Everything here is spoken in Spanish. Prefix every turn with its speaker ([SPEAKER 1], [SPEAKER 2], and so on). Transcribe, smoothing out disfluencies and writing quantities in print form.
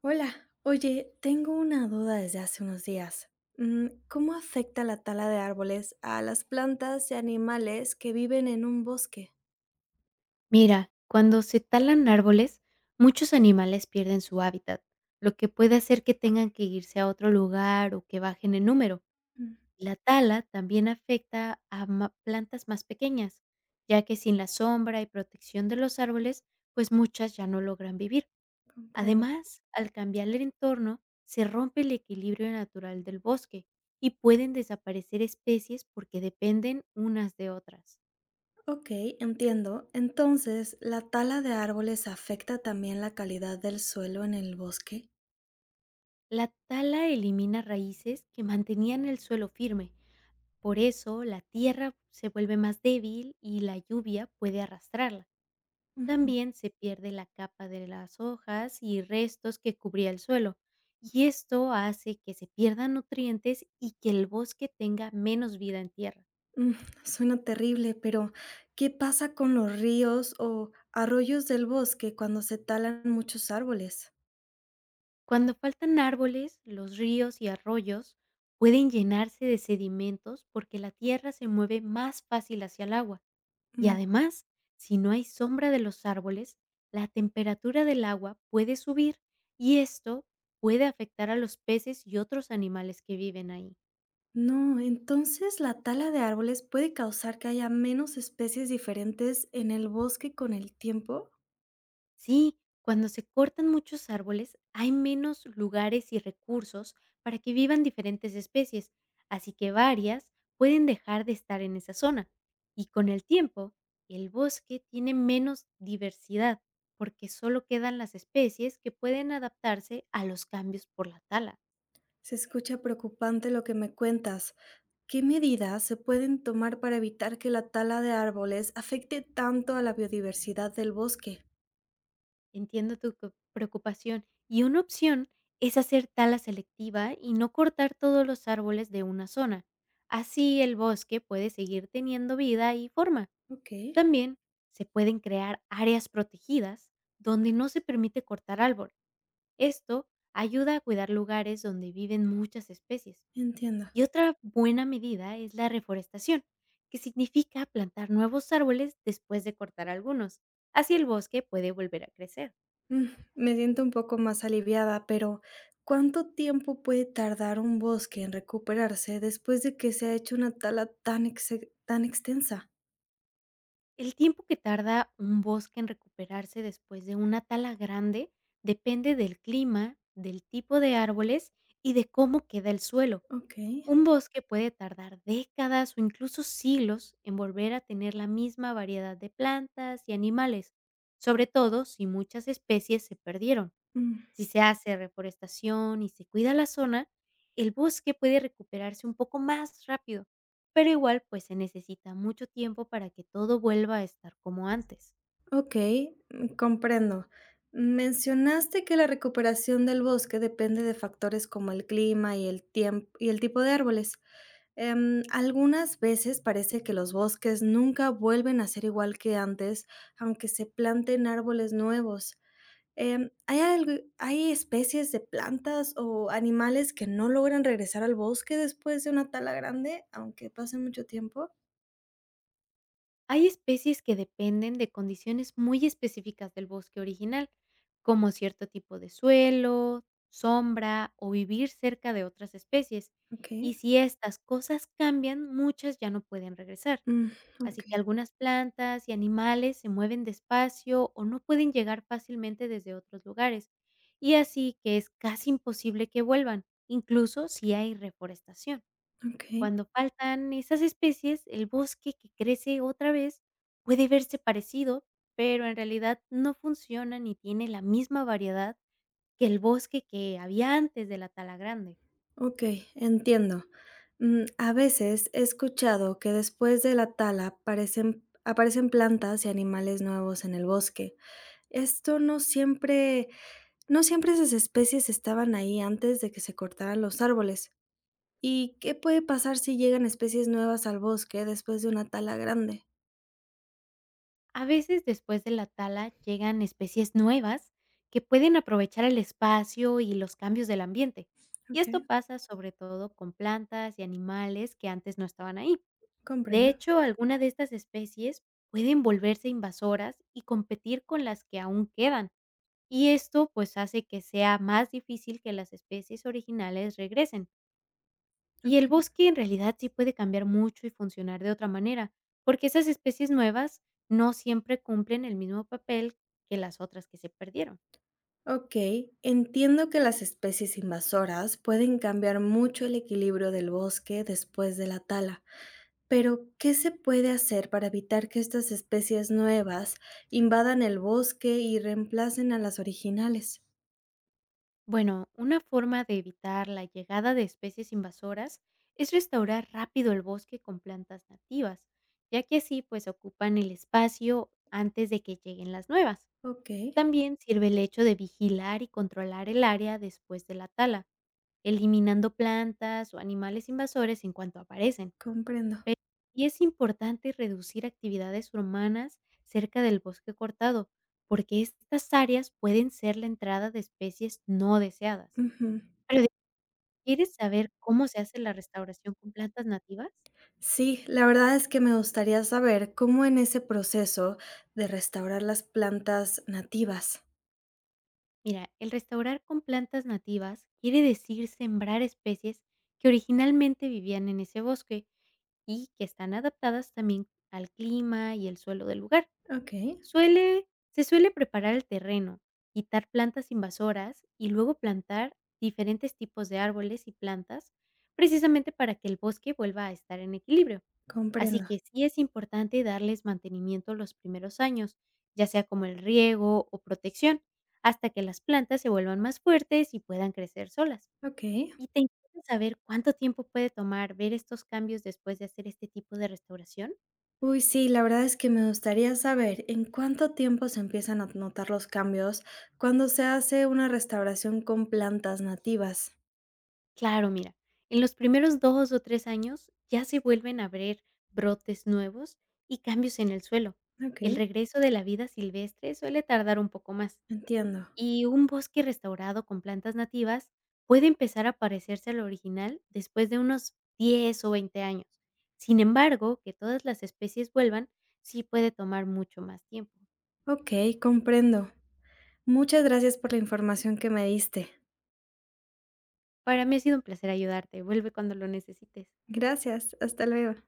[SPEAKER 1] Hola, oye, tengo una duda desde hace unos días. ¿Cómo afecta la tala de árboles a las plantas y animales que viven en un bosque?
[SPEAKER 2] Mira, cuando se talan árboles, muchos animales pierden su hábitat, lo que puede hacer que tengan que irse a otro lugar o que bajen en número.
[SPEAKER 1] Mm,
[SPEAKER 2] La tala también afecta a plantas más pequeñas, ya que sin la sombra y protección de los árboles, pues muchas ya no logran vivir.
[SPEAKER 1] comprendo.
[SPEAKER 2] Además, al cambiar el entorno, se rompe el equilibrio natural del bosque y pueden desaparecer especies porque dependen unas de otras.
[SPEAKER 1] Ok, entiendo. Entonces, ¿la tala de árboles afecta también la calidad del suelo en el bosque?
[SPEAKER 2] La tala elimina raíces que mantenían el suelo firme, por eso la tierra se vuelve más débil y la lluvia puede arrastrarla.
[SPEAKER 1] Ujú.
[SPEAKER 2] También se pierde la capa de las hojas y restos que cubría el suelo, y esto hace que se pierdan nutrientes y que el bosque tenga menos vida en tierra.
[SPEAKER 1] Mm, Suena terrible, pero ¿qué pasa con los ríos o arroyos del bosque cuando se talan muchos árboles?
[SPEAKER 2] Cuando faltan árboles, los ríos y arroyos pueden llenarse de sedimentos porque la tierra se mueve más fácil hacia el agua. Y además, si no hay sombra de los árboles, la temperatura del agua puede subir y esto puede afectar a los peces y otros animales que viven ahí.
[SPEAKER 1] No, entonces la tala de árboles puede causar que haya menos especies diferentes en el bosque con el tiempo.
[SPEAKER 2] Sí, cuando se cortan muchos árboles, hay menos lugares y recursos para que vivan diferentes especies, así que varias pueden dejar de estar en esa zona. Y con el tiempo, el bosque tiene menos diversidad porque solo quedan las especies que pueden adaptarse a los cambios por la tala.
[SPEAKER 1] Se escucha preocupante lo que me cuentas. ¿Qué medidas se pueden tomar para evitar que la tala de árboles afecte tanto a la biodiversidad del bosque?
[SPEAKER 2] Entiendo tu preocupación. Y una opción es hacer tala selectiva y no cortar todos los árboles de una zona. Así el bosque puede seguir teniendo vida y forma.
[SPEAKER 1] Ok,
[SPEAKER 2] También se pueden crear áreas protegidas donde no se permite cortar árbol. Esto ayuda a cuidar lugares donde viven muchas especies.
[SPEAKER 1] entiendo.
[SPEAKER 2] Y otra buena medida es la reforestación, que significa plantar nuevos árboles después de cortar algunos. Así el bosque puede volver a crecer.
[SPEAKER 1] Mm, Me siento un poco más aliviada, pero ¿cuánto tiempo puede tardar un bosque en recuperarse después de que se ha hecho una tala tan extensa?
[SPEAKER 2] El tiempo que tarda un bosque en recuperarse después de una tala grande depende del clima, del tipo de árboles y de cómo queda el suelo.
[SPEAKER 1] Ok.
[SPEAKER 2] Un bosque puede tardar décadas o incluso siglos en volver a tener la misma variedad de plantas y animales, sobre todo si muchas especies se perdieron.
[SPEAKER 1] Mm.
[SPEAKER 2] Si se hace reforestación y se cuida la zona, el bosque puede recuperarse un poco más rápido, pero igual pues se necesita mucho tiempo para que todo vuelva a estar como antes.
[SPEAKER 1] Ok, mm, comprendo. Mencionaste que la recuperación del bosque depende de factores como el clima y el tiempo y el tipo de árboles. Algunas veces parece que los bosques nunca vuelven a ser igual que antes, aunque se planten árboles nuevos. Em, ¿hay algo- ¿Hay especies de plantas o animales que no logran regresar al bosque después de una tala grande, aunque pase mucho tiempo?
[SPEAKER 2] Hay especies que dependen de condiciones muy específicas del bosque original, como cierto tipo de suelo, sombra o vivir cerca de otras especies,
[SPEAKER 1] Ok,
[SPEAKER 2] y si estas cosas cambian, muchas ya no pueden regresar.
[SPEAKER 1] mm, ok,
[SPEAKER 2] Así que algunas plantas y animales se mueven despacio o no pueden llegar fácilmente desde otros lugares, y así que es casi imposible que vuelvan, incluso si hay reforestación.
[SPEAKER 1] ok.
[SPEAKER 2] Cuando faltan esas especies, el bosque que crece otra vez puede verse parecido, pero en realidad no funciona ni tiene la misma variedad que el bosque que había antes de la tala grande.
[SPEAKER 1] Ok, entiendo. A veces he escuchado que después de la tala aparecen plantas y animales nuevos en el bosque. Esto no siempre, No siempre esas especies estaban ahí antes de que se cortaran los árboles. ¿Y qué puede pasar si llegan especies nuevas al bosque después de una tala grande?
[SPEAKER 2] A veces después de la tala llegan especies nuevas que pueden aprovechar el espacio y los cambios del ambiente. Y
[SPEAKER 1] Ok,
[SPEAKER 2] esto pasa sobre todo con plantas y animales que antes no estaban ahí. De
[SPEAKER 1] comprendo.
[SPEAKER 2] hecho, algunas de estas especies pueden volverse invasoras y competir con las que aún quedan. Y esto pues hace que sea más difícil que las especies originales regresen. Y el
[SPEAKER 1] Ok,
[SPEAKER 2] bosque en realidad sí puede cambiar mucho y funcionar de otra manera, porque esas especies nuevas no siempre cumplen el mismo papel que las otras que se perdieron.
[SPEAKER 1] ok, entiendo que las especies invasoras pueden cambiar mucho el equilibrio del bosque después de la tala. Pero, ¿qué se puede hacer para evitar que estas especies nuevas invadan el bosque y reemplacen a las originales?
[SPEAKER 2] Bueno, una forma de evitar la llegada de especies invasoras es restaurar rápido el bosque con plantas nativas, ya que así pues ocupan el espacio antes de que lleguen las nuevas.
[SPEAKER 1] Ok,
[SPEAKER 2] También sirve el hecho de vigilar y controlar el área después de la tala, eliminando plantas o animales invasores en cuanto aparecen.
[SPEAKER 1] comprendo.
[SPEAKER 2] Eh, y es importante reducir actividades humanas cerca del bosque cortado, porque estas áreas pueden ser la entrada de especies no deseadas.
[SPEAKER 1] Ujú.
[SPEAKER 2] Pero ¿quieres saber cómo se hace la restauración con plantas nativas?
[SPEAKER 1] Sí, la verdad es que me gustaría saber cómo en ese proceso de restaurar las plantas nativas.
[SPEAKER 2] Mira, el restaurar con plantas nativas quiere decir sembrar especies que originalmente vivían en ese bosque y que están adaptadas también al clima y el suelo del lugar.
[SPEAKER 1] Ok,
[SPEAKER 2] Suele se suele preparar el terreno, quitar plantas invasoras y luego plantar diferentes tipos de árboles y plantas, precisamente para que el bosque vuelva a estar en equilibrio. Así
[SPEAKER 1] comprendo.
[SPEAKER 2] que sí es importante darles mantenimiento los primeros años, ya sea como el riego o protección, hasta que las plantas se vuelvan más fuertes y puedan crecer solas.
[SPEAKER 1] Ok.
[SPEAKER 2] ¿Y te interesa saber cuánto tiempo puede tomar ver estos cambios después de hacer este tipo de restauración?
[SPEAKER 1] Uy, sí, la verdad es que me gustaría saber en cuánto tiempo se empiezan a notar los cambios cuando se hace una restauración con plantas nativas.
[SPEAKER 2] Claro, mira, en los primeros 2 o 3 años ya se vuelven a ver brotes nuevos y cambios en el suelo.
[SPEAKER 1] Ok.
[SPEAKER 2] El regreso de la vida silvestre suele tardar un poco más,
[SPEAKER 1] Entiendo.
[SPEAKER 2] y un bosque restaurado con plantas nativas puede empezar a parecerse al original después de unos 10 o 20 años. Sin embargo, que todas las especies vuelvan sí puede tomar mucho más tiempo.
[SPEAKER 1] Okey, comprendo. Muchas gracias por la información que me diste.
[SPEAKER 2] Para mí ha sido un placer ayudarte. Vuelve cuando lo necesites.
[SPEAKER 1] Gracias, hasta luego.